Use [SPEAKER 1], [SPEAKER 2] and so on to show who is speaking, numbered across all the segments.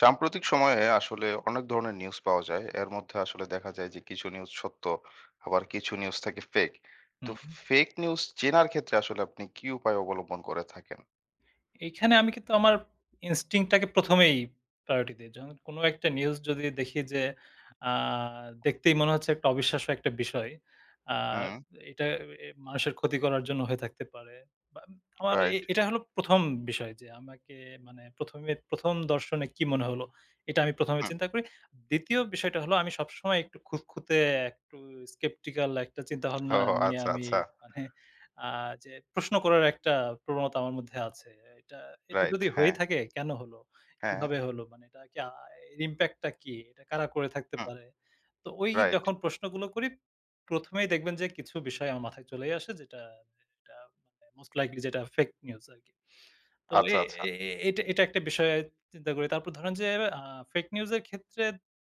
[SPEAKER 1] সাম্প্রতিক সময়ে আসলে অনেক ধরনের নিউজ পাওয়া যায়। এর মধ্যে আসলে দেখা যায় যে কিছু নিউজ সত্য, আবার কিছু নিউজ থাকে ফেক। তো
[SPEAKER 2] হুম।
[SPEAKER 1] ফেক নিউজ চেনার ক্ষেত্রে আসলে আপনি কি উপায় অবলম্বন করে থাকেন?
[SPEAKER 2] এইখানে আমি কিন্তু আমার instinct টাকে ১ম এই প্রায়োরিটি দেই। যখন কোনো একটা নিউজ যদি দেখি যে আ দেখতেই মনে হচ্ছে একটা অবিশ্বাস্য একটা বিষয়। আর
[SPEAKER 1] হুম,
[SPEAKER 2] এটা মানুষের ক্ষতি করার জন্য হয়ে থাকতে পারে। বা আমার
[SPEAKER 1] রাইট।
[SPEAKER 2] এটা হলো ১ম বিষয় যে আমাকে মানে ১ম এ ১ম দর্শনে কি মনে হলো? এটা আমি ১ম এ
[SPEAKER 1] হুম।
[SPEAKER 2] চিন্তা করি। ২য় বিষয়টা হলো আমি সবসময় একটু খুঁতখুঁতে, একটু skeptical একটা
[SPEAKER 1] ও
[SPEAKER 2] চিন্তাভাবনা নিয়ে
[SPEAKER 1] আচ্ছা,
[SPEAKER 2] আমি
[SPEAKER 1] আচ্ছা।
[SPEAKER 2] মানে আ যে প্রশ্ন করার একটা প্রবণতা আমার মধ্যে আছে। এটা এটা
[SPEAKER 1] রাইট।
[SPEAKER 2] যদি হয়ে
[SPEAKER 1] হ্যাঁ,
[SPEAKER 2] থাকে কেন হলো?
[SPEAKER 1] হ্যাঁ।
[SPEAKER 2] কিভাবে হলো? মানে এটা কি এর ইমপ্যাক্ট টা কি? এটা কারা করে থাকতে
[SPEAKER 1] হুম,
[SPEAKER 2] পারে? তো ওই
[SPEAKER 1] রাইট।
[SPEAKER 2] যখন প্রশ্নগুলো করি ১ম এই দেখবেন যে কিছু বিষয় আমার মাথায় চলেই আসে যেটা এটা মানে মোস্ট লাইকলি যেটা ফেক নিউজ আরকি। তো এ
[SPEAKER 1] আচ্ছা, আচ্ছা।
[SPEAKER 2] এ এ এটা এটা একটা বিষয় চিন্তা করি। তারপর ধরেন যে আ ফেক নিউজ এর ক্ষেত্রে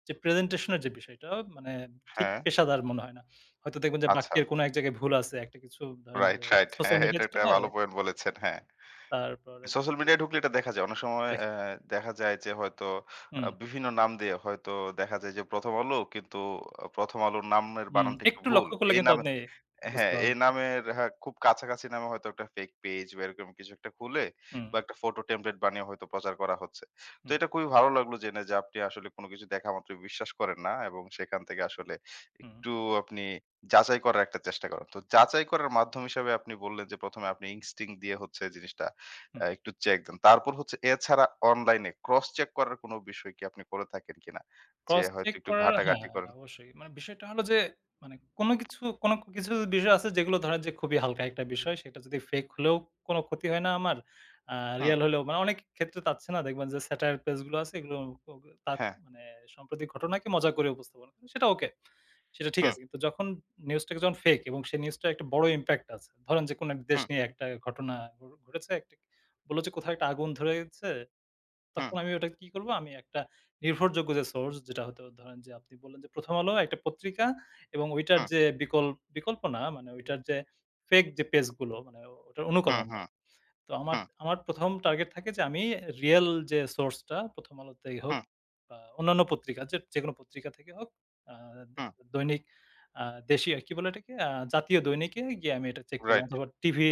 [SPEAKER 2] যে প্রেজেন্টেশন এর যে বিষয়টা মানে ঠিক
[SPEAKER 1] হ্যাঁ,
[SPEAKER 2] পেশাদার মনে হয় না। হয়তো দেখবেন যে
[SPEAKER 1] আচ্ছা।
[SPEAKER 2] বাক্যের কোনো এক জায়গায় ভুল আছে। একটা কিছু ধরেন
[SPEAKER 1] রাইট,
[SPEAKER 2] যে
[SPEAKER 1] রাইট।
[SPEAKER 2] সোশ্যাল
[SPEAKER 1] হ্যাঁ, এটা
[SPEAKER 2] মিডিয়া যেটা
[SPEAKER 1] একটা
[SPEAKER 2] হয়
[SPEAKER 1] ভালো পয়েন্ট বলেছেন। হ্যাঁ।
[SPEAKER 2] তারপরে ধরেন
[SPEAKER 1] সোশ্যাল
[SPEAKER 2] যে
[SPEAKER 1] মিডিয়ায় ঢুকলে এটা দেখা যায়। অনেক সময়
[SPEAKER 2] দেখেন।
[SPEAKER 1] দেখা যায় যে হয়তো
[SPEAKER 2] হুম,
[SPEAKER 1] বিভিন্ন নাম দিয়ে হয়তো দেখা যায় যে ১ম আলো কিন্তু ১ম আলোর নামের
[SPEAKER 2] হুম।
[SPEAKER 1] বানানটা একটু
[SPEAKER 2] একটু
[SPEAKER 1] ভুল।
[SPEAKER 2] লক্ষ্য করলে
[SPEAKER 1] এই
[SPEAKER 2] কিন্তু
[SPEAKER 1] নামে,
[SPEAKER 2] আপনি
[SPEAKER 1] হ্যাঁ,
[SPEAKER 2] বুঝতে
[SPEAKER 1] এই
[SPEAKER 2] পারবেন।
[SPEAKER 1] নামের, হ্যাঁ, খুব কাছাকাছি নামে হয়তো একটা ফেক পেজ বা এরকম কিছু একটা খুলে
[SPEAKER 2] হুম,
[SPEAKER 1] বা একটা ফটো টেমপ্লেট বানিয়ে হয়তো প্রচার করা হচ্ছে। তো
[SPEAKER 2] হুম,
[SPEAKER 1] এটা খুবই ভালো লাগলো জেনে যে আপনি আসলে কোনো কিছু দেখা মাত্রই বিশ্বাস করেন না এবং সেখান থেকে আসলে
[SPEAKER 2] হুম।
[SPEAKER 1] একটু আপনি যাচাই করার একটা চেষ্টা করেন। তো যাচাই করার মাধ্যম হিসেবে আপনি বললেন যে ১ম এ আপনি ইনস্টিংক্ট দিয়ে হচ্ছে জিনিসটা একটু চেক দেন। তারপর হচ্ছে এছাড়া অনলাইনে ক্রস চেক করার কোনো বিষয় কি আপনি করে থাকেন কিনা? যে
[SPEAKER 2] ক্রস
[SPEAKER 1] হয়তো
[SPEAKER 2] চেক
[SPEAKER 1] একটু
[SPEAKER 2] করার, হ্যাঁ,
[SPEAKER 1] ঘাটাঘাটি করেন।
[SPEAKER 2] অবশ্যই। মানে বিষয়টা হলো যে মানে কোনো কিছু বিষয় আছে যেগুলো ধরেন যে খুবই হালকা একটা বিষয়। সেটা যদি ফেক হলেও কোনো ক্ষতি হয় না আমার। আ
[SPEAKER 1] হুম,
[SPEAKER 2] রিয়াল হলেও মানে অনেক ক্ষেত্রে চাচ্ছে না দেখবেন যে স্যাটায়ার পেজ গুলো আছে এগুলো ও তাত
[SPEAKER 1] হ্যাঁ,
[SPEAKER 2] মানে সাম্প্রতিক ঘটনাকে মজা করে উপস্থাপন করে। সেটা ওকে। সেটা ঠিক
[SPEAKER 1] হুম,
[SPEAKER 2] আছে। কিন্তু যখন নিউজটাকে যখন ফেক এবং সেই নিউজটার একটা বড় ইমপ্যাক্ট আছে। ধরেন যে কোনো এক দেশ
[SPEAKER 1] হুম,
[SPEAKER 2] নিয়ে একটা ঘটনা ঘটেছে। একটা বলল যে কোথাও একটা আগুন ধরে গেছে।
[SPEAKER 1] হুম,
[SPEAKER 2] তখন আমি ওটা কি করব? আমি একটা নির্ভরযোগ্য যে সোর্স যেটা হয়তো ধরেন যে আপনি বললেন যে ১ম আলো একটা পত্রিকা এবং ওইটার
[SPEAKER 1] হুম,
[SPEAKER 2] যে বিকল্প না মানে ওইটার যে ফেক যে পেজ গুলো মানে ওটার
[SPEAKER 1] হুম,
[SPEAKER 2] অনুকরণ।
[SPEAKER 1] হুম,
[SPEAKER 2] নেয়। তো
[SPEAKER 1] হুম।
[SPEAKER 2] আমার
[SPEAKER 1] হুম,
[SPEAKER 2] আমার ১ম টার্গেট থাকে যে আমি রিয়াল যে সোর্সটা ১ম আলোতেই হোক
[SPEAKER 1] হুম,
[SPEAKER 2] বা অন্যান্য পত্রিকা যে যেকোনো পত্রিকা থেকে হোক আ
[SPEAKER 1] হুম।
[SPEAKER 2] একটা দৈনিক আ দেশীয় কি বলে এটাকে? জাতীয় দৈনিকে গিয়ে আমি এটা চেক করলাম
[SPEAKER 1] রাইট।
[SPEAKER 2] অথবা টিভি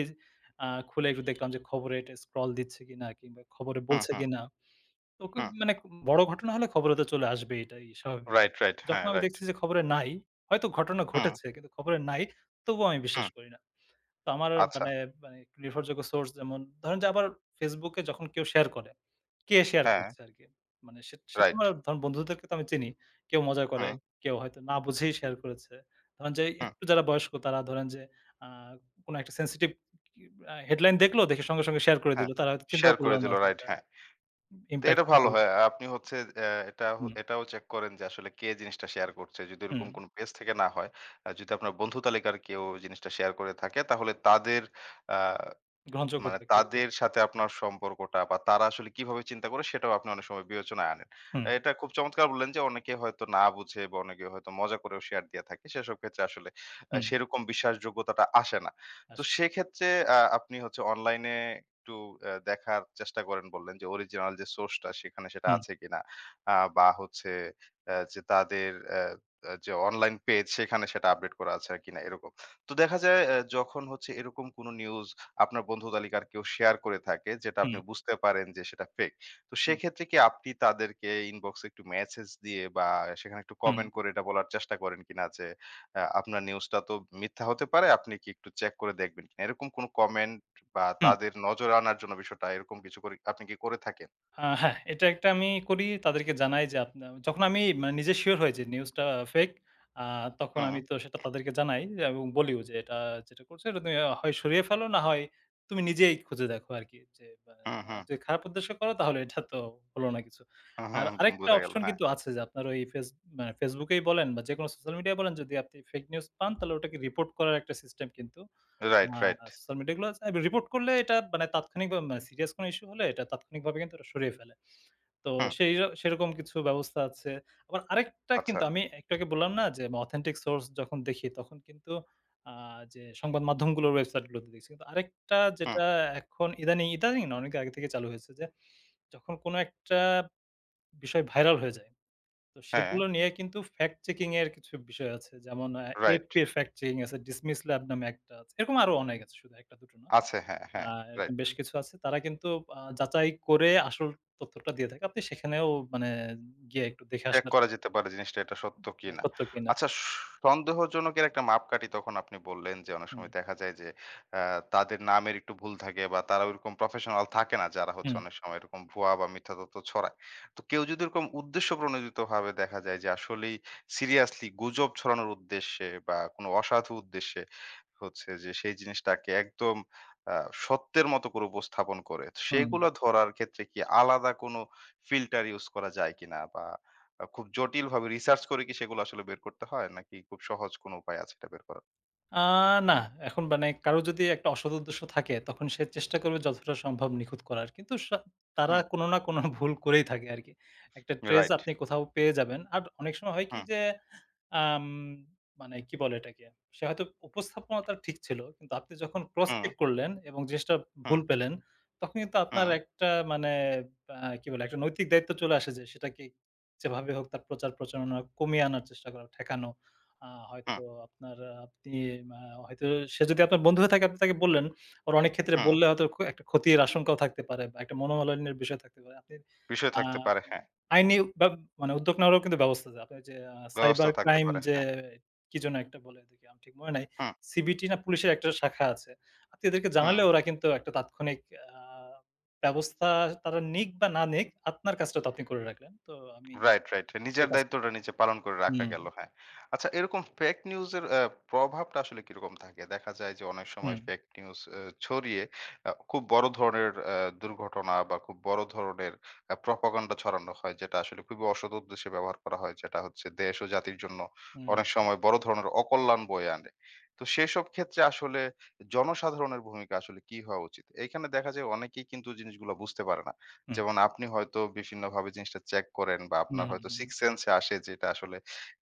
[SPEAKER 2] খুলে একটু দেখলাম যে খবরে এটা স্ক্রল দিচ্ছে কিনা কিংবা খবরে
[SPEAKER 1] হুম,
[SPEAKER 2] বলছে
[SPEAKER 1] হুম,
[SPEAKER 2] কিনা। তোকে
[SPEAKER 1] হুম।
[SPEAKER 2] মানে বড় ঘটনা হলে খবরে তো চলে আসবে এটাই স্বাভাবিক।
[SPEAKER 1] Right, right.
[SPEAKER 2] যখন
[SPEAKER 1] হ্যাঁ,
[SPEAKER 2] আমি
[SPEAKER 1] রাইট।
[SPEAKER 2] দেখছি যে খবরে নাই, হয়তো ঘটনা
[SPEAKER 1] হুম,
[SPEAKER 2] ঘটেছে কিন্তু খবরে নাই, তবুও আমি
[SPEAKER 1] হুম।
[SPEAKER 2] বিশ্বাস করি না। তো আমার
[SPEAKER 1] আচ্ছা।
[SPEAKER 2] মানে মানে একটু নির্ভরযোগ্য সোর্স যেমন ধরেন যে আবার Facebook এ যখন কেউ শেয়ার করে, কে শেয়ার
[SPEAKER 1] হ্যাঁ,
[SPEAKER 2] করছে আরকি। মানে সে সে
[SPEAKER 1] রাইট।
[SPEAKER 2] তোমার ধরেন বন্ধুদেরকে তো আমি চিনি। কেউ মজা করে,
[SPEAKER 1] হুম,
[SPEAKER 2] কেউ হয়তো না বুঝেই শেয়ার করেছে। ধরেন যে
[SPEAKER 1] হুম,
[SPEAKER 2] একটু যারা বয়স্ক তারা ধরেন যে আ কোন একটা সেনসিটিভ হেডলাইন দেখলো দেখে সঙ্গে, সঙ্গে শেয়ার করে
[SPEAKER 1] হ্যাঁ।
[SPEAKER 2] দিল। তারা হয়তো চিন্তাও
[SPEAKER 1] শেয়ার
[SPEAKER 2] করল
[SPEAKER 1] করে
[SPEAKER 2] না
[SPEAKER 1] দিল,
[SPEAKER 2] যে
[SPEAKER 1] রাইট,
[SPEAKER 2] এটা
[SPEAKER 1] হ্যাঁ। তো
[SPEAKER 2] ইমপ্যাক্ট
[SPEAKER 1] এটা
[SPEAKER 2] টা কি
[SPEAKER 1] ভালো
[SPEAKER 2] হতে
[SPEAKER 1] হয়।
[SPEAKER 2] পারে।
[SPEAKER 1] আপনি হচ্ছে এটা
[SPEAKER 2] হুম।
[SPEAKER 1] এটাও চেক করেন যে আসলে কে জিনিসটা শেয়ার করছে। যদি
[SPEAKER 2] হুম,
[SPEAKER 1] এরকম কোনো পেজ থেকে না হয়, যদি আপনার বন্ধু তালিকার কেউ জিনিসটা শেয়ার করে থাকে তাহলে তাদের আ মানে
[SPEAKER 2] গ্রহণযোগ্যতা কিরকম?
[SPEAKER 1] তাদের সাথে
[SPEAKER 2] হুম,
[SPEAKER 1] আপনার সম্পর্কটা বা তারা আসলে কিভাবে চিন্তা করে সেটাও আপনি অনেক সময় বিবেচনায় আনেন।
[SPEAKER 2] হুম,
[SPEAKER 1] এটা খুব চমৎকার বললেন যে অনেকে হয়তো না বুঝে বা অনেকে হয়তো মজা করেও শেয়ার দিয়ে থাকে। সেসব ক্ষেত্রে আসলে
[SPEAKER 2] হুম,
[SPEAKER 1] সেরকম বিশ্বাসযোগ্যতাটা আসে না। তো
[SPEAKER 2] আসলে।
[SPEAKER 1] সেক্ষেত্রে আপনি হচ্ছে অনলাইনে একটু দেখার চেষ্টা করেন, বললেন যে অরিজিনাল যে সোর্সটা সেখানে সেটা
[SPEAKER 2] হুম,
[SPEAKER 1] আছে কিনা। বা হচ্ছে যে তাদের অ্যা অ্যা যে অনলাইন পেজ সেখানে সেটা আপডেট করা আছে কিনা এরকম। তো দেখা যায় যখন হচ্ছে এরকম কোনো নিউজ আপনার বন্ধু তালিকার কেউ শেয়ার করে থাকে যেটা
[SPEAKER 2] হুম,
[SPEAKER 1] আপনি বুঝতে পারেন যে সেটা ফেক। তো
[SPEAKER 2] হুম,
[SPEAKER 1] সেক্ষেত্রে কি আপনি তাদেরকে ইনবক্সে একটু মেসেজ দিয়ে বা সেখানে একটু
[SPEAKER 2] হুম, হুম।
[SPEAKER 1] কমেন্ট করে এটা বলার চেষ্টা করেন কিনা যে আপনার নিউজটা তো মিথ্যা হতে পারে, আপনি কি একটু চেক করে দেখবেন কিনা? এরকম কোনো কমেন্ট বা তাদের নজরে আনার জন্য বিষয়টা এরকম কিছু করে আপনি কি করে থাকেন?
[SPEAKER 2] হ্যাঁ, এটা একটা আমি করি। তাদেরকে জানাই যে যখন আমি মানে নিজে সিউর হই যে নিউজটা ফেক, আ তখন
[SPEAKER 1] হুম,
[SPEAKER 2] আমি তো সেটা তাদেরকে জানাই এবং বলিও যে এটা যেটা করছো এটা তুমি হয় সরিয়ে ফেলো না হয় তুমি নিজেই খুঁজে দেখো আরকি। যে বা
[SPEAKER 1] হুম,
[SPEAKER 2] আর
[SPEAKER 1] হুম,
[SPEAKER 2] যদি খারাপ উদ্দেশ্য করো তাহলে এটা তো হলো না কিছু।
[SPEAKER 1] হুম,
[SPEAKER 2] আর
[SPEAKER 1] হুম,
[SPEAKER 2] আরেকটা
[SPEAKER 1] বোঝা গেল।
[SPEAKER 2] অপশন
[SPEAKER 1] হ্যাঁ।
[SPEAKER 2] কিন্তু আছে যে আপনার ওই মানে Facebook এই বলেন বা যেকোনো সোশ্যাল মিডিয়ায় বলেন যদি আপনি ফেক নিউজ পান তাহলে ওটাকে রিপোর্ট করার একটা সিস্টেম কিন্তু
[SPEAKER 1] right,
[SPEAKER 2] uh
[SPEAKER 1] right.
[SPEAKER 2] Social media গুলো আছে। রিপোর্ট করলে এটা মানে তাৎক্ষণিক বা সিরিয়াস কোনো ইস্যু হলে এটা তাৎক্ষণিকভাবে কিন্তু এটা সরিয়ে ফেলে। তো
[SPEAKER 1] হুম,
[SPEAKER 2] সেই সেরকম কিছু ব্যবস্থা আছে। আবার আরেকটা
[SPEAKER 1] আচ্ছা।
[SPEAKER 2] কিন্তু আমি একটু আগে বললাম না যে অথেন্টিক সোর্স যখন দেখি তখন কিন্তু আ যে সংবাদ মাধ্যমগুলোর ওয়েবসাইট গুলোতে দেখছি। কিন্তু আরেকটা
[SPEAKER 1] হুম,
[SPEAKER 2] যেটা এখন ইদানিং, ইদানিং না অনেক আগে থেকে চালু হয়েছে যে যখন কোনো একটা বিষয় ভাইরাল হয়ে যায় তো
[SPEAKER 1] হ্যাঁ,
[SPEAKER 2] সেগুলো নিয়ে কিন্তু ফ্যাক্ট চেকিং এর কিছু বিষয় আছে। যেমন
[SPEAKER 1] রাইট।
[SPEAKER 2] AFP এর ফ্যাক্ট চেকিং আছে, ডিসমিস ল্যাব নামে একটা আছে। এরকম আরো অনেক আছে, শুধু ১ টা ২ টো না।
[SPEAKER 1] আছে। হ্যাঁ,
[SPEAKER 2] আ
[SPEAKER 1] হ্যাঁ,
[SPEAKER 2] এরকম
[SPEAKER 1] রাইট।
[SPEAKER 2] বেশ কিছু আছে। তারা কিন্তু যাচাই করে আসল তথ্যটা দিয়ে থাকে। আপনি সেখানেও মানে গিয়ে একটু দেখে
[SPEAKER 1] চেক
[SPEAKER 2] আসলেন
[SPEAKER 1] করা যেতে পারে জিনিসটা এটা সত্য
[SPEAKER 2] মানে
[SPEAKER 1] কিনা।
[SPEAKER 2] সত্য কিনা।
[SPEAKER 1] আচ্ছা, সন্দেহজনকের একটা মাপকাঠি তখন আপনি বললেন যে অনেক
[SPEAKER 2] হুম,
[SPEAKER 1] সময় দেখা যায় যে আ তাদের নামের একটু ভুল থাকে বা তারা ওইরকম প্রফেশনাল থাকে না, যারা হচ্ছে
[SPEAKER 2] হুম,
[SPEAKER 1] অনেক সময় এরকম ভুয়া বা মিথ্যা তথ্য ছড়ায়। তো কেউ যদি এরকম উদ্দেশ্যপ্রণোদিতভাবে দেখা যায় যে আসলেই সিরিয়াসলি গুজব ছড়ানোর উদ্দেশ্যে বা কোনো অসাধু উদ্দেশ্যে হচ্ছে, যে সেই জিনিসটাকে একদম আ সত্যের মতো করে উপস্থাপন করে। তো
[SPEAKER 2] হুম, হুম।
[SPEAKER 1] সেগুলো ধরার ক্ষেত্রে কি আলাদা কোনো ফিল্টার ইউজ করা যায় কিনা বা খুব জটিলভাবে রিসার্চ করে কি সেগুলো আসলে বের করতে হয়? নাকি খুব সহজ কোনো উপায় আছে এটা বের করার?
[SPEAKER 2] আ না, এখন মানে কারো যদি একটা অসৎ উদ্দেশ্য থাকে তখন সে চেষ্টা করবে যতটা সম্ভব নিখুঁত করার। কিন্তু তারা
[SPEAKER 1] হুম,
[SPEAKER 2] কোনো না কোনো ভুল করেই থাকে আরকি। একটা ট্রেস
[SPEAKER 1] রাইট।
[SPEAKER 2] আপনি কোথাও পেয়ে যাবেন। আর অনেক সময় হয় কি
[SPEAKER 1] হুম,
[SPEAKER 2] যে আম মানে কি বলে এটাকে? সে হয়তো উপস্থাপনা তার ঠিক ছিল। কিন্তু আপনি যখন ক্রস
[SPEAKER 1] হুম,
[SPEAKER 2] চেক করলেন এবং জিনিসটা
[SPEAKER 1] হুম,
[SPEAKER 2] ভুল পেলেন, তখন কিন্তু আপনার
[SPEAKER 1] হুম,
[SPEAKER 2] একটা মানে কি বলে? একটা নৈতিক দায়িত্ব চলে আসে যে সেটাকে যেভাবে হোক তার প্রচার প্রচারণা কমিয়ে আনার চেষ্টা করা, ঠেকানো।
[SPEAKER 1] হুম,
[SPEAKER 2] হয়তো আপনার আপনি আ হয়তো সে যদি আপনার বন্ধু হয়ে থাকে আপনি তাকে বললেন। ওর অনেক ক্ষেত্রে
[SPEAKER 1] হুম।
[SPEAKER 2] বললে হয়তো একটা ক্ষতির আশঙ্কাও থাকতে পারে বা একটা মনোমালিন্যের বিষয় থাকতে পারে। আপনি
[SPEAKER 1] বিষয়
[SPEAKER 2] আ
[SPEAKER 1] থাকতে পারে, হ্যাঁ।
[SPEAKER 2] আইনি ব্যব মানে উদ্যোগ নেওয়ারও কিন্তু ব্যবস্থা আছে। আপনার যে
[SPEAKER 1] ব্যবস্থা
[SPEAKER 2] সাইবার
[SPEAKER 1] থাকতে
[SPEAKER 2] ক্রাইম
[SPEAKER 1] পারে,
[SPEAKER 2] যে
[SPEAKER 1] হ্যাঁ।
[SPEAKER 2] কি যেন একটা বলে এদেরকে আমার ঠিক মনে নাই।
[SPEAKER 1] হুম,
[SPEAKER 2] সিবিটি না পুলিশের একটা শাখা আছে। আপনি এদেরকে
[SPEAKER 1] হুম।
[SPEAKER 2] জানালে ওরা কিন্তু একটা তাৎক্ষণিক আ ব্যবস্থা তারা নিক বা না নিক, আপনার কাজটা তো আপনি করে রাখলেন। তো আমি
[SPEAKER 1] রাইট, রাইট। নিজের
[SPEAKER 2] সেই কাজটা।
[SPEAKER 1] দায়িত্বটা নিজে পালন করে রাখা
[SPEAKER 2] হুম,
[SPEAKER 1] গেল, হ্যাঁ। আচ্ছা, এরকম ফেক নিউজ এর প্রভাবটা আসলে কিরকম থাকে? দেখা যায় যে অনেক সময়
[SPEAKER 2] হুম,
[SPEAKER 1] ফেক নিউজ ছড়িয়ে খুব বড় ধরনের দুর্ঘটনা বা খুব বড় ধরনের প্রপাগান্ডা ছড়ানো হয়, যেটা আসলে খুবই অসৎ উদ্দেশ্যে ব্যবহার করা হয়। যেটা হচ্ছে দেশ ও জাতির জন্য
[SPEAKER 2] হুম,
[SPEAKER 1] অনেক সময় বড় ধরনের অকল্যাণ বয়ে আনে। তো সেসব ক্ষেত্রে আসলে জনসাধারণের ভূমিকা আসলে কি হওয়া উচিত? এখানে দেখা যায় অনেকেই কিন্তু জিনিসগুলা বুঝতে পারে না।
[SPEAKER 2] হুম,
[SPEAKER 1] যেমন আপনি হয়তো বিভিন্নভাবে জিনিসটা চেক করেন বা
[SPEAKER 2] হুম,
[SPEAKER 1] আপনার
[SPEAKER 2] হুম,
[SPEAKER 1] হয়তো
[SPEAKER 2] হুম, হুম।
[SPEAKER 1] সিক্স সেন্সে আসে যে এটা আসলে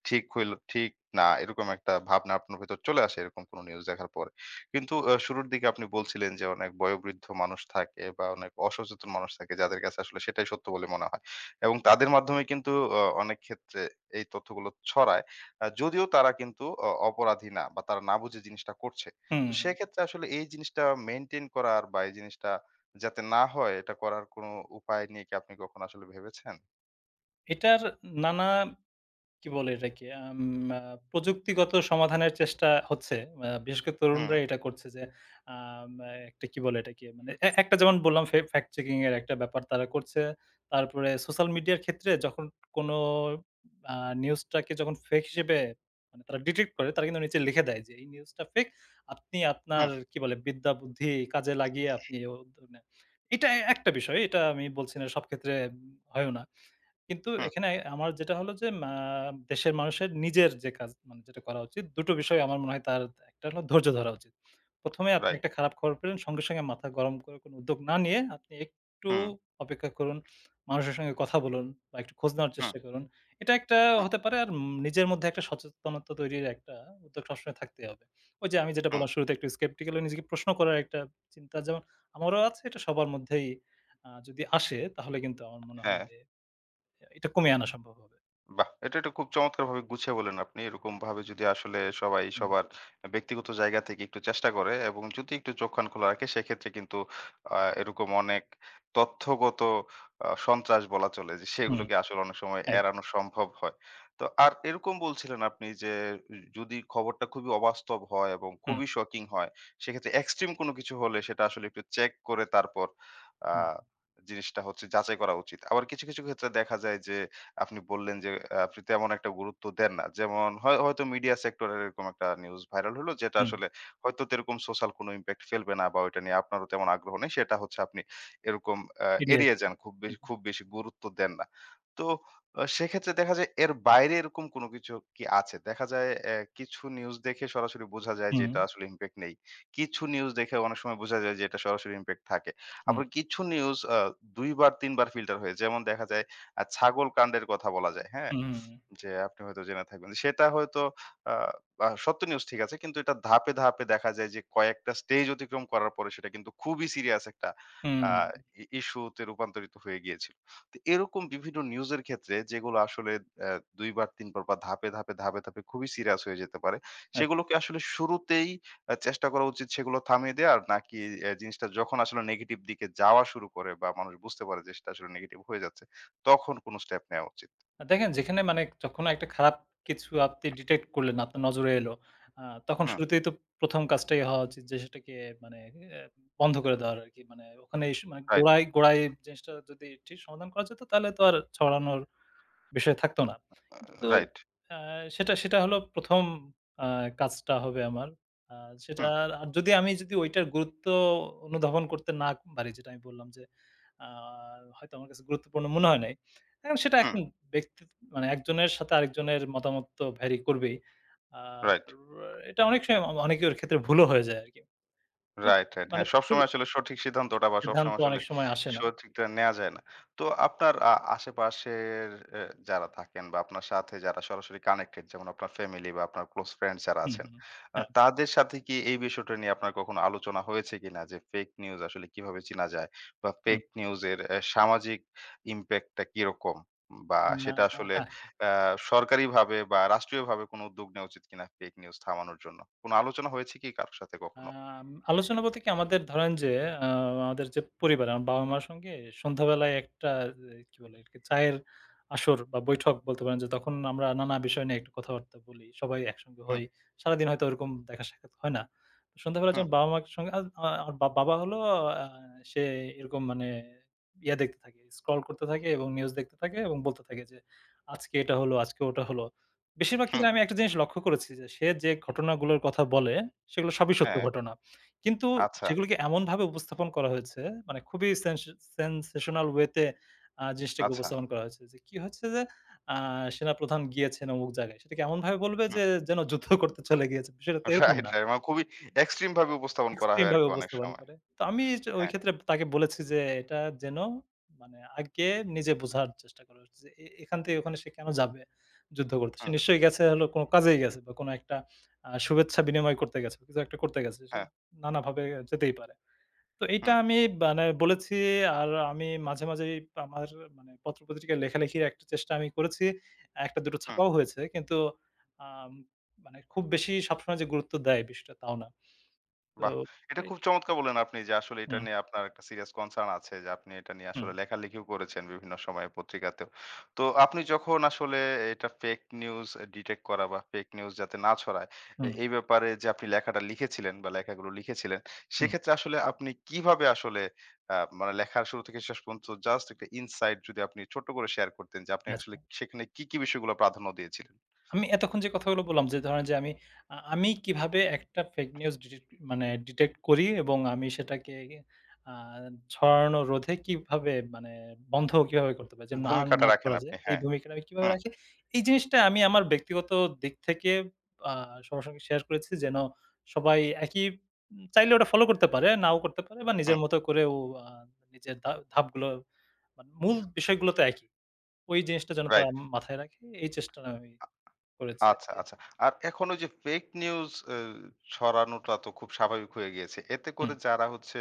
[SPEAKER 1] ঠিক হইল ঠিক না, এরকম একটা ভাবনা আপনার ভেতর চলে আসে এরকম কোনো নিউজ দেখার পরে। কিন্তু শুরুর দিকে আপনি বলছিলেন যে অনেক বয়োবৃদ্ধ মানুষ থাকে বা অনেক অসচেতন মানুষ থাকে, যাদের কাছে আসলে সেটাই সত্য বলে মনে হয়। এবং তাদের মাধ্যমে কিন্তু অনেক ক্ষেত্রে এই তথ্যগুলো ছড়ায়। যদিও তারা কিন্তু অপরাধী না বা তারা না বুঝে জিনিসটা করছে। তো
[SPEAKER 2] হুম।
[SPEAKER 1] সেক্ষেত্রে আসলে এই জিনিসটা মেইনটেইন করার বা এই জিনিসটা যাতে না হয় এটা করার কোনো উপায় নিয়ে কি আপনি কখনো আসলে ভেবেছেন?
[SPEAKER 2] এটার নানা কি বলে এটাকে? আম আ প্রযুক্তিগত সমাধানের চেষ্টা হচ্ছে। বিশেষ করে
[SPEAKER 1] হুম,
[SPEAKER 2] তরুণরা এটা করছে যে, আম আ একটা কি বলে এটাকে? মানে একটা যেমন বললাম ফ্যাক্ট চেকিং এর একটা ব্যাপার তারা করছে। তারপরে সোশ্যাল মিডিয়ার ক্ষেত্রে যখন কোনো আ নিউজটাকে যখন ফেক হিসেবে মানে তারা ডিটেক্ট করে, তারা কিন্তু নিচে লিখে দেয় যে, "এই নিউজটা ফেক। আপনি আপনার
[SPEAKER 1] হুম,
[SPEAKER 2] কি বলে বিদ্যা বুদ্ধি কাজে লাগিয়ে আপনি" মানে এটা একটা বিষয়। এটা আমি বলছি না সব ক্ষেত্রে হয়ও না। কিন্তু
[SPEAKER 1] হুম,
[SPEAKER 2] এখানে আমার যেটা হলো যে দেশের মানুষের নিজের যে কাজ মানে যেটা করা উচিত, ২ টো বিষয় আমার মনে হয়, তার একটা হলো ধৈর্য ধরা উচিত। ১ম এ আপনি
[SPEAKER 1] রাইট।
[SPEAKER 2] একটা খারাপ খবর পেলেন সঙ্গে, সঙ্গে মাথা গরম করে কোনো উদ্যোগ না নিয়ে আপনি একটু
[SPEAKER 1] হুম,
[SPEAKER 2] অপেক্ষা করুন। মানুষের সঙ্গে কথা বলুন বা একটু খোঁজ নেওয়ার
[SPEAKER 1] হুম,
[SPEAKER 2] চেষ্টা করুন। এটা একটা
[SPEAKER 1] হুম,
[SPEAKER 2] হতে পারে। আর নিজের মধ্যে একটা সচেতনতা তৈরির একটা উদ্যোগ সবসময় থাকতেই হবে। ওই যে আমি যেটা
[SPEAKER 1] হুম,
[SPEAKER 2] বললাম শুরুতে একটু skeptical হয়ে নিজেকে প্রশ্ন করার একটা চিন্তা যেমন আমারও আছে, এটা সবার মধ্যেই যদি আসে তাহলে কিন্তু আমার মনে হবে
[SPEAKER 1] হ্যাঁ।
[SPEAKER 2] যে এটা কমিয়ে আনা সম্ভব হবে।
[SPEAKER 1] বাহ! এটা একটা খুব চমৎকারভাবে গুছিয়ে বললেন আপনি। এরকমভাবে যদি আসলে সবাই
[SPEAKER 2] হুম,
[SPEAKER 1] সবার ব্যক্তিগত জায়গা থেকে একটু চেষ্টা করে এবং যদি একটু চোখ কান খোলা রাখে সেক্ষেত্রে কিন্তু এরকম অনেক তথ্যগত সন্ত্রাস বলা চলে যে
[SPEAKER 2] হুম।
[SPEAKER 1] সেগুলোকে আসলে অনেক সময়
[SPEAKER 2] এক
[SPEAKER 1] এড়ানো সম্ভব হয়। তো আর এরকম বলছিলেন আপনি যে যদি খবরটা খুবই অবাস্তব হয় এবং
[SPEAKER 2] হুম,
[SPEAKER 1] খুবই শকিং হয় সেক্ষেত্রে এক্সট্রিম কোনো কিছু হলে সেটা আসলে একটু চেক করে তারপর আ
[SPEAKER 2] হুম,
[SPEAKER 1] জিনিসটা হচ্ছে যাচাই করা উচিত। আবার কিছু, কিছু ক্ষেত্রে দেখা যায় যে আপনি বললেন যে আপনি তেমন একটা গুরুত্ব দেন না। যেমন হয় হয়তো মিডিয়া সেক্টরের এরকম একটা নিউজ ভাইরাল হলো যেটা
[SPEAKER 2] হুম,
[SPEAKER 1] আসলে হয়তো তেরকম সোশ্যাল কোনো ইমপ্যাক্ট ফেলবে না বা ওইটা নিয়ে আপনারও তেমন আগ্রহ নেই। সেটা হচ্ছে আপনি এরকম আ
[SPEAKER 2] এড়িয়ে
[SPEAKER 1] এড়িয়ে
[SPEAKER 2] যেতে।
[SPEAKER 1] যান। খুব বেশি, খুব বেশি গুরুত্ব দেন না। তো সেক্ষেত্রে দেখা যায় এর বাইরে এরকম কোনো কিছু কি আছে? দেখা যায় কিছু নিউজ দেখে সরাসরি বোঝা যায় যে
[SPEAKER 2] হুম,
[SPEAKER 1] এটা আসলে ইমপ্যাক্ট নেই। কিছু নিউজ দেখে অনেক সময় বোঝা যায় যে এটা সরাসরি ইমপ্যাক্ট থাকে।
[SPEAKER 2] হুম,
[SPEAKER 1] আবার কিছু নিউজ ২ বার ৩ বার ফিল্টার হয়ে যেমন দেখা যায় আর ছাগল কাণ্ডের কথা বলা যায়। হ্যাঁ?
[SPEAKER 2] হুম,
[SPEAKER 1] যে আপনি হয়তো জেনে থাকবেন। সেটা হয়তো আ আ সত্য নিউজ ঠিক আছে। কিন্তু এটা ধাপে, ধাপে দেখা যায় যে কয়েকটা স্টেজ অতিক্রম করার পরে সেটা কিন্তু খুবই সিরিয়াস একটা
[SPEAKER 2] হুম,
[SPEAKER 1] আ ইস্যুতে রূপান্তরিত হয়ে গিয়েছিল। তো এরকম বিভিন্ন নিউজের ক্ষেত্রে যেগুলো আসলে অ্যা ২ বার ৩ বার বা ধাপে, ধাপে, ধাপে, ধাপে খুবই সিরিয়াস হয়ে যেতে পারে। সেগুলোকে আসলে শুরুতেই চেষ্টা করা উচিত সেগুলো থামিয়ে দেওয়ার, নাকি জিনিসটা যখন আসলে নেগেটিভ দিকে যাওয়া শুরু করে বা মানুষ বুঝতে পারে যে সেটা আসলে নেগেটিভ হয়ে যাচ্ছে, তখন কোন স্টেপ নেওয়া উচিত?
[SPEAKER 2] দেখেন যেখানে মানে যখন একটা খারাপ কিছু আপনি ডিটেক্ট করলেন, আপনার নজরে এলো, আ তখন
[SPEAKER 1] হুম,
[SPEAKER 2] শুরুতেই তো ১ম কাজটাই হওয়া উচিত যে সেটাকে মানে এ বন্ধ করে দেওয়ার আরকি। মানে ওখানে মানে
[SPEAKER 1] রাইট।
[SPEAKER 2] গোড়ায়, গোড়ায় জিনিসটা যদি ঠিক সমাধান করা যেত তাহলে তো আর ছড়ানোর বিষয় থাকতো না। কিন্তু
[SPEAKER 1] রাইট।
[SPEAKER 2] আ সেটা সেটা হলো ১ম আ কাজটা হবে আমার। আ সেটা
[SPEAKER 1] হুম,
[SPEAKER 2] আর যদি আমি যদি ঐটার গুরুত্ব অনুধাবন করতে না পারি, যেটা আমি বললাম যে আ হয়তো আমার কাছে গুরুত্বপূর্ণ মনে হয় নাই। এখন সেটা
[SPEAKER 1] হুম,
[SPEAKER 2] এখন ব্যক্তি মানে একজনের সাথে আরেকজনের মতামত তো ভ্যারি করবেই। আর
[SPEAKER 1] রাইট।
[SPEAKER 2] এটা অনেক সময় অনেকের ক্ষেত্রে ভুলও হয়ে যায় আরকি। তো
[SPEAKER 1] রাইট, রাইট।
[SPEAKER 2] মানে
[SPEAKER 1] হ্যাঁ,
[SPEAKER 2] ভুল
[SPEAKER 1] সবসময় আসলে সঠিক সিদ্ধান্তটা বা
[SPEAKER 2] সিদ্ধান্ত
[SPEAKER 1] সবসময় আসলে
[SPEAKER 2] অনেক সময় আসে না।
[SPEAKER 1] সঠিকটা নেয়া যায় না। তো আপনার আশেপাশের এ যারা থাকেন বা আপনার সাথে যারা সরাসরি কানেক্টেড, যেমন আপনার ফ্যামিলি বা আপনার ক্লোজ ফ্রেন্ড যারা
[SPEAKER 2] হুম,
[SPEAKER 1] আছেন,
[SPEAKER 2] হুম। হ্যাঁ,
[SPEAKER 1] তাদের সাথে কি এই বিষয়টা নিয়ে আপনার কখনো আলোচনা হয়েছে কিনা যে ফেক নিউজ আসলে কিভাবে চিনা যায়? বা ফেক
[SPEAKER 2] হুম।
[SPEAKER 1] নিউজ এর সামাজিক ইমপ্যাক্টটা কিরকম? বা
[SPEAKER 2] না,
[SPEAKER 1] সেটা আসলে আ সরকারিভাবে বা রাষ্ট্রীয়ভাবে কোনো উদ্যোগ নেয়া উচিত কিনা ফেক নিউজ থামানোর জন্য? কোনো আলোচনা হয়েছে কি কারো সাথে কখনো?
[SPEAKER 2] আলোচনা বলতে কি আমাদের ধরেন যে আ আমাদের যে পরিবার, আমার বাবা-মার সঙ্গে সন্ধ্যাবেলায় একটা কি বলে এটাকে চায়ের আসর বা বৈঠক বলতে পারেন যে তখন আমরা নানা বিষয় নিয়ে একটু কথাবার্তা বলি। সবাই একসঙ্গে হই। সারাদিন হয়তো ওরকম দেখা সাক্ষাৎ হয় না। তো সন্ধ্যাবেলা
[SPEAKER 1] হুম,
[SPEAKER 2] যখন বাবা-মার সঙ্গে আর আমার বা বাবা হলো আ সে এরকম মানে ইয়া দেখতে থাকে, স্ক্রল করতে থাকে এবং নিউজ দেখতে থাকে এবং বলতে থাকে যে, "আজকে এটা হলো, আজকে ওটা হলো।" বেশিরভাগ
[SPEAKER 1] হুম।
[SPEAKER 2] ক্ষেত্রে আমি একটা জিনিস লক্ষ্য করেছি যে, সে যে ঘটনাগুলোর কথা বলে, সেগুলো সবই সত্য
[SPEAKER 1] হ্যাঁ,
[SPEAKER 2] ঘটনা। কিন্তু
[SPEAKER 1] আচ্ছা,
[SPEAKER 2] সেগুলোকে এমনভাবে উপস্থাপন করা হয়েছে, মানে খুবই সেনসেশনাল ওয়েতে জিনিসটাকে
[SPEAKER 1] আচ্ছা।
[SPEAKER 2] উপস্থাপন করা হয়েছে। যে কি হচ্ছে যে, আ সেনাপ্রধান গিয়েছেন অমুক জায়গায়। সেটাকে এমনভাবে বলবে
[SPEAKER 1] হুম।
[SPEAKER 2] যে, যেন যুদ্ধ করতে চলে গিয়েছে। বিষয়টা তো এরকম
[SPEAKER 1] রাইট,
[SPEAKER 2] না।
[SPEAKER 1] রাইট। মানে খুবই এক্সট্রিম ভাবে উপস্থাপন করা
[SPEAKER 2] এক্সট্রিম
[SPEAKER 1] হয়
[SPEAKER 2] ভাবে
[SPEAKER 1] আরকি অনেক
[SPEAKER 2] উপস্থাপন
[SPEAKER 1] সময়।
[SPEAKER 2] করে। তো আমি যে ওই
[SPEAKER 1] হ্যাঁ।
[SPEAKER 2] ক্ষেত্রে তাকে বলেছি যে, "এটা যেন মানে আগে নিজে বোঝার চেষ্টা করো যে এখান থেকে ওখানে সে কেন যাবে যুদ্ধ করতে? সে
[SPEAKER 1] হুম,
[SPEAKER 2] নিশ্চয়ই গেছে হলো কোনো কাজেই গেছে বা কোনো একটা শুভেচ্ছা বিনিময় করতে গেছে, কিছু একটা করতে গেছে। সে
[SPEAKER 1] হ্যাঁ।
[SPEAKER 2] নানাভাবে যেতেই পারে।" তো এইটা
[SPEAKER 1] হুম,
[SPEAKER 2] আমি মানে বলেছি। আর আমি মাঝে, মাঝেই আমার মানে পত্র-পত্রিকায় লেখালেখির একটা চেষ্টা আমি করেছি। ১ টা ২ টো
[SPEAKER 1] হুম।
[SPEAKER 2] ছাপাও হয়েছে। কিন্তু আম মানে খুব বেশি সবসময় যে গুরুত্ব দেয় বিষয়টা তাও না। তো
[SPEAKER 1] বাহ! এটা
[SPEAKER 2] এট
[SPEAKER 1] খুব চমৎকার বললেন আপনি যে আসলে এটা
[SPEAKER 2] হুম।
[SPEAKER 1] নিয়ে আপনার একটা সিরিয়াস কনসার্ন আছে, যে আপনি এটা নিয়ে
[SPEAKER 2] হুম,
[SPEAKER 1] আসলে লেখালেখিও করেছেন বিভিন্ন সময়ে পত্রিকাতেও। তো আপনি যখন আসলে এটা ফেক নিউজ ডিটেক্ট করা বা ফেক নিউজ যাতে না ছড়ায়
[SPEAKER 2] হুম,
[SPEAKER 1] এই ব্যাপারে যে আপনি লেখাটা লিখেছিলেন বা লেখাগুলো লিখেছিলেন,
[SPEAKER 2] হুম।
[SPEAKER 1] সেক্ষেত্রে আসলে আপনি কিভাবে আসলে মানে লেখার শুরু থেকে শেষ পর্যন্ত জাস্ট একটা ইনসাইট যদি আপনি ছোট্ট করে শেয়ার করতেন যে আপনি আসলে
[SPEAKER 2] আচ্ছা।
[SPEAKER 1] সেখানে কি, কি বিষয়গুলো প্রাধান্য দিয়েছিলেন?
[SPEAKER 2] আমি এতক্ষণ যে কথাগুলো বললাম যে ধরেন যে আমি আমি কিভাবে একটা ফেক নিউজ ডিটেক্ট মানে ডিটেক্ট করি এবং আমি সেটাকে আ ছড়ানো রোধে কিভাবে মানে বন্ধ কিভাবে করতে পারি? যেন আর
[SPEAKER 1] ভূমিকাটা
[SPEAKER 2] না
[SPEAKER 1] রাখেন
[SPEAKER 2] করা যায়।
[SPEAKER 1] আপনি।
[SPEAKER 2] এই
[SPEAKER 1] হ্যাঁ।
[SPEAKER 2] ভূমিকাটা আমি কিভাবে
[SPEAKER 1] হুম,
[SPEAKER 2] রাখি? এই জিনিসটা আমি আমার ব্যক্তিগত দিক থেকে আ সবার সঙ্গে শেয়ার করেছি যেন সবাই একই চাইলে ওটা ফলো করতে পারে, নাও করতে পারে বা
[SPEAKER 1] হুম।
[SPEAKER 2] নিজের মতো করেও আ নিজের ধাপগুলো মানে মূল বিষয়গুলো তো একই। ওই জিনিসটা যেন তারা
[SPEAKER 1] রাইট।
[SPEAKER 2] মাথায় রাখে, এই চেষ্টাটা আমি করেছি
[SPEAKER 1] আচ্ছা,
[SPEAKER 2] আরকি।
[SPEAKER 1] আচ্ছা। আর এখন ওই যে ফেক নিউজ ছড়ানোটা তো খুব স্বাভাবিক হয়ে গিয়েছে। এতে করে
[SPEAKER 2] হুম,
[SPEAKER 1] যারা হচ্ছে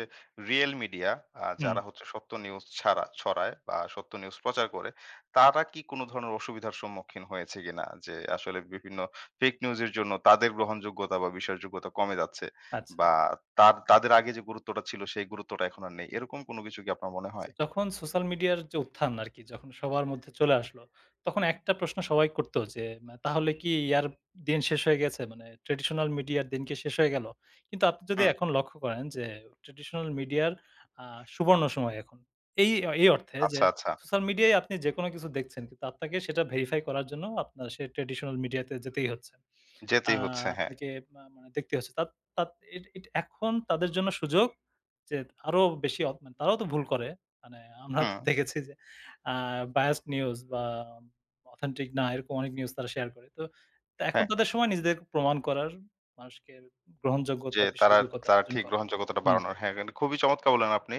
[SPEAKER 1] রিয়েল মিডিয়া,
[SPEAKER 2] হুম।
[SPEAKER 1] যারা হচ্ছে সত্য নিউজ ছাড়া ছড়ায় বা সত্য নিউজ প্রচার করে, তারা কি কোন ধরনের অসুবিধার সম্মুখীন হয়েছে কিনা? যে আসলে বিভিন্ন ফেক নিউজের জন্য তাদের গ্রহণযোগ্যতা বা বিশ্বাসযোগ্যতা কমে যাচ্ছে
[SPEAKER 2] আচ্ছা।
[SPEAKER 1] বা তাদের আগে যে গুরুত্বটা ছিল সেই গুরুত্বটা এখন আর নেই। এরকম কোন কিছু কি আপনার মনে
[SPEAKER 2] আচ্ছা,
[SPEAKER 1] হয়?
[SPEAKER 2] যখন সোশ্যাল মিডিয়ার যে উত্থান আরকি যখন সবার মধ্যে চলে আসলো, তখন একটা প্রশ্ন সবাই করত যে তাহলে কি ইয়ার দিন শেষ হয়ে গেছে? মানে ট্র্যাডিশনাল মিডিয়ার দিন কি শেষ হয়ে গেল? কিন্তু আপনি যদি
[SPEAKER 1] হুম,
[SPEAKER 2] এখন লক্ষ্য করেন যে ট্র্যাডিশনাল মিডিয়ার আ সুবর্ণ সময় এখন। এই এই অর্থে যে
[SPEAKER 1] আচ্ছা, আচ্ছা।
[SPEAKER 2] সোশ্যাল মিডিয়ায় আপনি যেকোনো কিছু দেখছেন কিন্তু আপনাকে সেটা ভেরিফাই করার জন্য আপনার সেই ট্র্যাডিশনাল মিডিয়াতে যেতেই হচ্ছে। আ
[SPEAKER 1] যেতেই হচ্ছে। হ্যাঁ।
[SPEAKER 2] আপনাকে মানে দেখতে হচ্ছে। তাত তাত এট এট এখন তাদের জন্য সুযোগ যে আরো বেশি মানে তারাও তো ভুল করে। মানে আমরা তো
[SPEAKER 1] হুম,
[SPEAKER 2] দেখেছি যে আ biased নিউজ বা authentic না এরকম অনেক নিউজ তারা শেয়ার করে। তো এখন
[SPEAKER 1] হ্যাঁ।
[SPEAKER 2] তাদের সময় নিজেদের প্রমাণ করার, মানুষকে
[SPEAKER 1] যে
[SPEAKER 2] গ্রহণযোগ্যতা,
[SPEAKER 1] তারা,
[SPEAKER 2] বিশ্বাসযোগ্যতা
[SPEAKER 1] তারা
[SPEAKER 2] অর্জন
[SPEAKER 1] ঠিক
[SPEAKER 2] করার।
[SPEAKER 1] গ্রহণযোগ্যতাটা
[SPEAKER 2] হুম,
[SPEAKER 1] বাড়ানোর। হ্যাঁ, কিন্তু খুবই চমৎকার বললেন আপনি।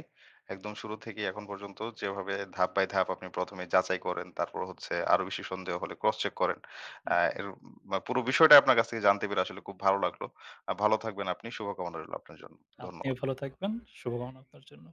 [SPEAKER 1] একদম শুরু থেকেই এখন পর্যন্ত যেভাবে ধাপ বাই ধাপ আপনি ১ম এ যাচাই করেন, তারপর হচ্ছে আরো বেশি সন্দেহ হলে ক্রস চেক করেন। আ
[SPEAKER 2] হুম।
[SPEAKER 1] এর বা পুরো বিষয়টা আপনার কাছ থেকে জানতে পেরে আসলে খুব ভালো লাগলো। ভালো থাকবেন আপনি। শুভকামনা রইল আপনার জন্য।
[SPEAKER 2] আপনিও
[SPEAKER 1] ধন্যবাদ।
[SPEAKER 2] ভালো থাকবেন। শুভকামনা আপনার জন্য।